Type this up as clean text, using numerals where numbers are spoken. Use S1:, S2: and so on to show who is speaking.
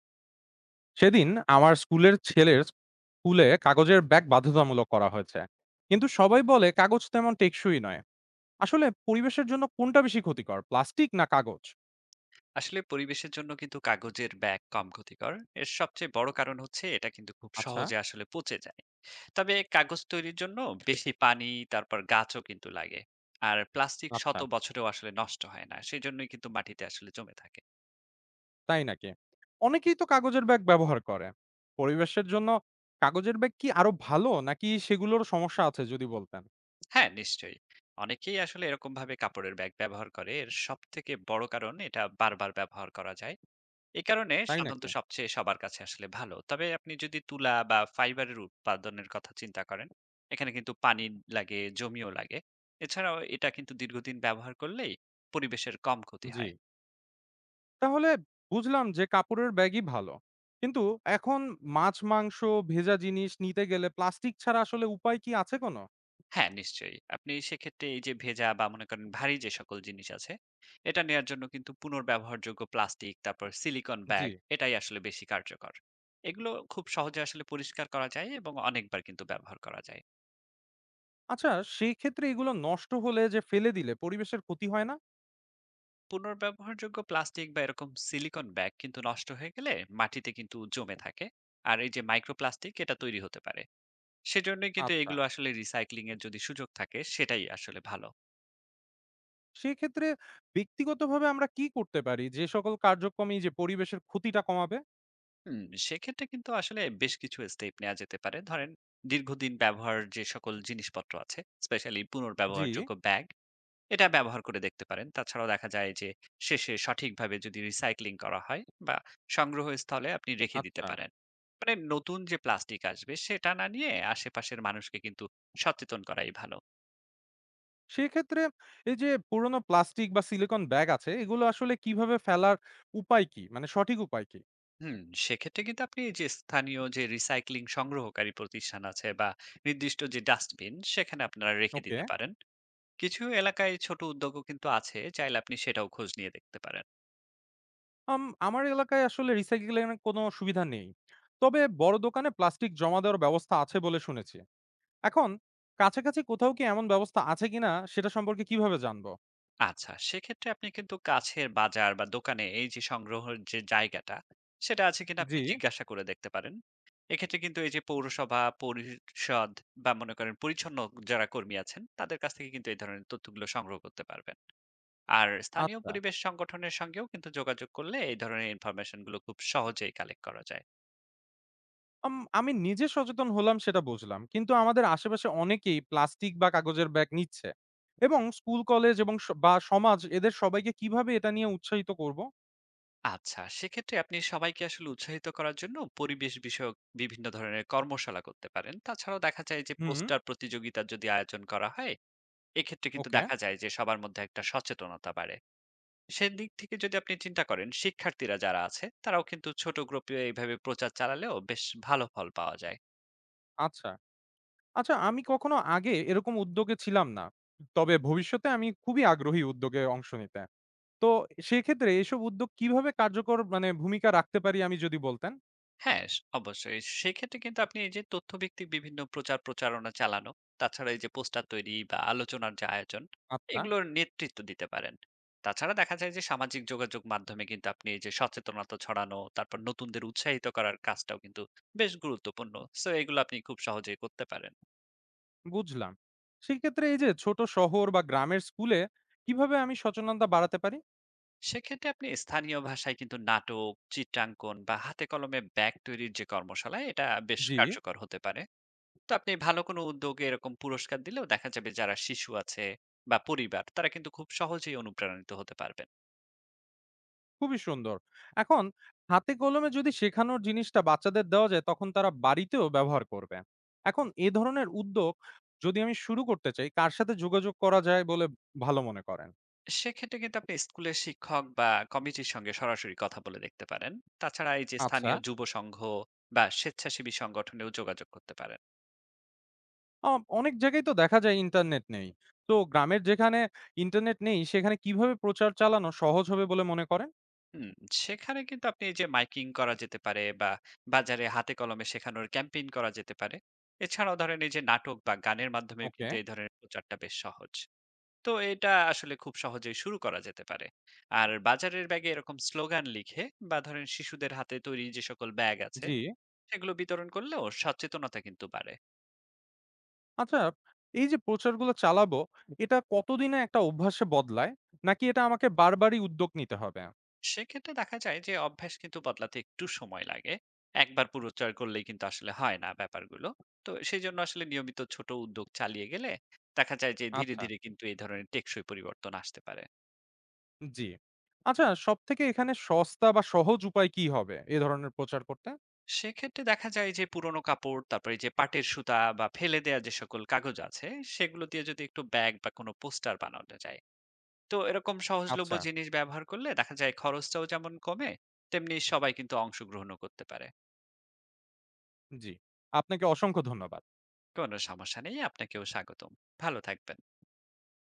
S1: সেদিন আমার স্কুলের ছেলের স্কুলে কাগজের ব্যাগ বাধ্যতামূলক করা হয়েছে, কিন্তু সবাই বলে কাগজ তেমন টেকসই নয়। আসলে পরিবেশের জন্য কোনটা বেশি ক্ষতিকর, প্লাস্টিক না কাগজ?
S2: আসলে পরিবেশের জন্য কিন্তু কাগজের ব্যাগ কম ক্ষতিকর। এর সবচেয়ে বড় কারণ হচ্ছে এটা কিন্তু খুব
S1: আচ্ছা,
S2: সহজে আসলে পচে যায়। তবে কাগজ তৈরির জন্য বেশি পানি তারপর গাছও কিন্তু লাগে। আর প্লাস্টিক
S1: আচ্ছা,
S2: শত বছরেও আসলে নষ্ট হয় না, সেই জন্যই কিন্তু মাটিতে আসলে জমে থাকে।
S1: তাই নাকি? অনেকেই তো কাগজের ব্যাগ ব্যবহার করে পরিবেশের জন্য। কাগজের ব্যাগ কি আরো ভালো, নাকি সেগুলোর সমস্যা আছে, যদি বলতেন?
S2: হ্যাঁ, নিশ্চয়ই। অনেকেই আসলে এরকমভাবে কাপড়ের ব্যাগ ব্যবহার করে। এর সবথেকে বড় কারণ এটা বারবার ব্যবহার করা যায়। এ কারণে
S1: তাই
S2: সাধারণত
S1: নাকি?
S2: সবচেয়ে সবার কাছে আসলে ভালো। তবে আপনি যদি তুলা বা ফাইবারের উৎপাদনের কথা চিন্তা করেন, এখানে কিন্তু পানি লাগে, জমিও লাগে। এছাড়াও এটা কিন্তু দীর্ঘদিন ব্যবহার করলেই পরিবেশের কম ক্ষতি
S1: জি,
S2: হয়।
S1: তাহলে বুঝলাম যে কাপড়ের ব্যাগই ভালো। কিন্তু এখন মাছ মাংস ভেজা জিনিস নিতে গেলে প্লাস্টিক ছাড়া আসলে উপায় কি আছে কোনো?
S2: হ্যাঁ, নিশ্চয়ই। আপনি সেক্ষেত্রে এই যে ভেজা বা মনে করেন ভারী যে সকল জিনিস আছে, এটা নেয়ার জন্য কিন্তু পুনর্ব্যবহারযোগ্য প্লাস্টিক, তারপর সিলিকন
S1: জি।
S2: ব্যাগ এটাই আসলে বেশি কার্যকর। এগুলো খুব সহজে আসলে পরিষ্কার করা যায় এবং অনেকবার কিন্তু ব্যবহার করা যায়।
S1: আচ্ছা, সেক্ষেত্রে এগুলো নষ্ট হলে যে ফেলে দিলে পরিবেশের ক্ষতি হয় না?
S2: পুনর্ব্যবহারযোগ্য প্লাস্টিক বা এরকম সিলিকন ব্যাগ কিন্তু নষ্ট হয়ে গেলে মাটিতে কিন্তু জমে থাকে। আর এই যে মাইক্রোপ্লাস্টিক এটা তৈরি হতে পারে। সেজন্যই কিন্তু
S1: আচ্ছা।
S2: এগুলো আসলে রিসাইক্লিং এর যদি সুযোগ থাকে সেটাই আসলে ভালো।
S1: সেক্ষেত্রে ব্যক্তিগতভাবে আমরা কি করতে পারি যে সকল কার্যক্রমেই যে পরিবেশের ক্ষতিটা কমাবে?
S2: হুম, সেক্ষেত্রে কিন্তু আসলে বেশ কিছু স্টেপ নেওয়া যেতে পারে। ধরেন দীর্ঘদিন ব্যবহার যে সকল জিনিসপত্র আছে, স্পেশালি
S1: জি,
S2: পুনর্ব্যবহারযোগ্য ব্যাগ, এটা ব্যবহার করে দেখতে পারেন। তাছাড়াও দেখা যায় যে শেষে সঠিকভাবে যদি রিসাইক্লিং করা হয় বা সংগ্রহস্থলে আপনি রেখে দিতে
S1: আচ্ছা।
S2: পারেন। মানে নতুন যে প্লাস্টিক আসবে সেটা না নিয়ে আশেপাশের মানুষকে কিন্তু সচেতন করাই ভালো।
S1: সেক্ষেত্রে এই যে পুরনো প্লাস্টিক বা সিলিকন ব্যাগ আছে এগুলো আসলে কিভাবে ফেলার উপায় কি? মানে সঠিক উপায় কি?
S2: হুম, সেক্ষেত্রে কিন্তু আপনি এই যে স্থানীয় যে রিসাইক্লিং সংগ্রহকারী প্রতিষ্ঠান আছে বা নির্দিষ্ট যে ডাস্টবিন সেখানে আপনারা রেখে
S1: ওকে।
S2: দিতে পারেন। কিছু এলাকায় ছোট উদ্যোগও কিন্তু আছে, চাইলে আপনি সেটাও খোঁজ নিয়ে দেখতে পারেন।
S1: আম আমার এলাকায় আসলে রিসাইকেলিং এর কোনো সুবিধা নেই। তবে বড় দোকানে প্লাস্টিক জমা দেওয়ার ব্যবস্থা আছে বলে শুনেছি। এখন কাছাকাছি কোথাও কি এমন ব্যবস্থা আছে কিনা সেটা সম্পর্কে কিভাবে জানবো?
S2: আচ্ছা, সেক্ষেত্রে আপনি কিন্তু কাছের বাজার বা দোকানে এই যে সংগ্রহের যে জায়গাটা সেটা আছে কিনা
S1: জি,
S2: আপনি জিজ্ঞাসা করে দেখতে পারেন। এক্ষেত্রে কিন্তু এই যে পৌরসভা পরিষদ বা মনে করেন পরিচ্ছন্ন যারা কর্মী আছেন তাদের কাছ থেকে কিন্তু এই ধরনের তথ্যগুলো সংগ্রহ করতে পারবেন। আর স্থানীয়
S1: আচ্ছা।
S2: পরিবেশ সংগঠনের সঙ্গেও কিন্তু যোগাযোগ করলে এই ধরনের ইনফরমেশন গুলো খুব সহজেই কালেক্ট করা যায়।
S1: আমি নিজে সচেতন হলাম সেটা বুঝলাম। কিন্তু আমাদের আশেপাশে অনেকেই প্লাস্টিক বা কাগজের ব্যাগ নিচ্ছে, এবং স্কুল, কলেজ এবং স বা সমাজ এদের সবাইকে কিভাবে এটা নিয়ে উৎসাহিত করব?
S2: আচ্ছা, সেক্ষেত্রে আপনি সবাইকে আসলে উৎসাহিত করার জন্য পরিবেশ বিষয়ক বিভিন্ন ধরনের কর্মশালা করতে পারেন। তাছাড়াও দেখা যায় যে
S1: হুম,
S2: পোস্টার প্রতিযোগিতার যদি আয়োজন করা হয়, এক্ষেত্রে কিন্তু
S1: ওকে,
S2: দেখা যায় যে সবার মধ্যে একটা সচেতনতা বাড়ে। সেদিক থেকে যদি আপনি চিন্তা করেন শিক্ষার্থীরা যারা আছে তারাও কিন্তু ছোট গ্রুপে এইভাবে প্রচার চালালেও বেশ ভালো ফল পাওয়া যায়।
S1: আচ্ছা। আচ্ছা, আমি কখনো আগে এরকম উদ্যোগে ছিলাম না। তবে ভবিষ্যতে আমি খুবই আগ্রহী উদ্যোগে অংশ নিতে। তো সেক্ষেত্রে এসব উদ্যোগ কিভাবে কার্যকর মানে ভূমিকা রাখতে পারি আমি, যদি বলতেন?
S2: হ্যাঁ, অবশ্যই। সেক্ষেত্রে কিন্তু আপনি এই যে তথ্যভিত্তিক বিভিন্ন প্রচার প্রচারণা চালানো, তাছাড়া এই যে পোস্টার তৈরি বা আলোচনার যে আয়োজন,
S1: আচ্ছা।
S2: এগুলোর নেতৃত্ব দিতে পারেন। তাছাড়া দেখা যায় যে সামাজিক যোগাযোগ মাধ্যমে কিন্তু আপনি এই যে সচেতনতা ছড়ানো, তারপর নতুনদের উৎসাহিত করার কাজটাও কিন্তু বেশ গুরুত্বপূর্ণ। সো এগুলো আপনি খুব সহজেই করতে পারেন।
S1: বুঝলাম, সেক্ষেত্রে এই যে ছোট শহর বা গ্রামের স্কুলে কিভাবে আমি সচেতনতা বাড়াতে পারি?
S2: সেক্ষেত্রে আপনি স্থানীয় ভাষায় কিন্তু নাটক, চিত্রাঙ্কন বা হাতে কলমে ব্যাগ তৈরির যে কর্মশালা, এটা বেশ
S1: জি।
S2: কার্যকর হতে পারে। তো আপনি ভালো কোনো উদ্যোগে এরকম পুরস্কার দিলেও দেখা যাবে যারা শিশু আছে বা পরিবার তারা কিন্তু খুব সহজেই অনুপ্রাণিত হতে পারবেন।
S1: খুবই সুন্দর। এখন হাতে কলমে যদি শেখানোর জিনিসটা বাচ্চাদের দেওয়া যায় তখন তারা বাড়িতেও ব্যবহার করবে। এখন এ ধরনের উদ্যোগ যদি আমি শুরু করতে চাই, কার সাথে যোগাযোগ করা যায় বলে ভালো মনে করেন?
S2: সেক্ষেত্রে কিন্তু আপনি স্কুলের শিক্ষক বা কমিটির সঙ্গে সরাসরি কথা বলে দেখতে পারেন। তাছাড়া এই যে
S1: আচ্ছা।
S2: স্থানীয় যুব সংঘ বা স্বেচ্ছাসেবী সংগঠনেও যোগাযোগ করতে পারেন।
S1: অনেক জায়গায় তো দেখা যায় ইন্টারনেট নেই। তো গ্রামের যেখানে ইন্টারনেট নেই, সেখানে কিভাবে প্রচার চালানো সহজ হবে বলে মনে করেন?
S2: হুম, সেখানে কিন্তু আপনি এই যে মাইকিং করা যেতে পারে বা বাজারে হাতে কলমে শেখানোর ক্যাম্পেইন করা যেতে পারে। এছাড়াও ধরেন এই যে নাটক বা গানের মাধ্যমেও
S1: ওকে।
S2: কিন্তু এই ধরনের প্রচারটা বেশ সহজ। তো এটা আসলে খুব সহজেই শুরু করা যেতে পারে। আর বাজারের ব্যাগে এরকম স্লোগান লিখে বা ধরেন শিশুদের হাতে তৈরি যে সকল ব্যাগ আছে
S1: জি।
S2: সেগুলো বিতরণ করলেও সচেতনতা কিন্তু বাড়ে।
S1: আচ্ছা, এই যে প্রচারগুলো চালাবো, এটা কতদিনে একটা অভ্যাসে বদলায়? নাকি এটা আমাকে বারবারই উদ্যোগ নিতে হবে?
S2: সেক্ষেত্রে দেখা যায় যে অভ্যাস কিন্তু বদলাতে একটু সময় লাগে। একবার পুরস্কার করলেই কিন্তু আসলে হয় না ব্যাপারগুলো। তো সেই জন্য আসলে নিয়মিত ছোট উদ্যোগ চালিয়ে গেলে দেখা যায় যে ধীরে
S1: আচ্ছা,
S2: ধীরে কিন্তু এই ধরনের টেকসই পরিবর্তন আসতে পারে।
S1: জি। আচ্ছা, সবথেকে এখানে সস্তা বা সহজ উপায় কি হবে এ ধরনের প্রচার করতে?
S2: সেক্ষেত্রে দেখা যায় যে পুরোনো কাপড়, তারপরে যে পাটের সুতা বা ফেলে দেয়া যে সকল কাগজ আছে, সেগুলো দিয়ে যদি একটু ব্যাগ বা কোনো পোস্টার বানানো যায়। তো এরকম সহজলভ্য
S1: আচ্ছা,
S2: জিনিস ব্যবহার করলে দেখা যায় খরচটাও যেমন কমে, তেমনি সবাই কিন্তু অংশগ্রহণও করতে পারে।
S1: জি। আপনাকে অসংখ্য ধন্যবাদ।
S2: কোনো সমস্যা নেই, আপনাকেও স্বাগতম। ভালো থাকবেন।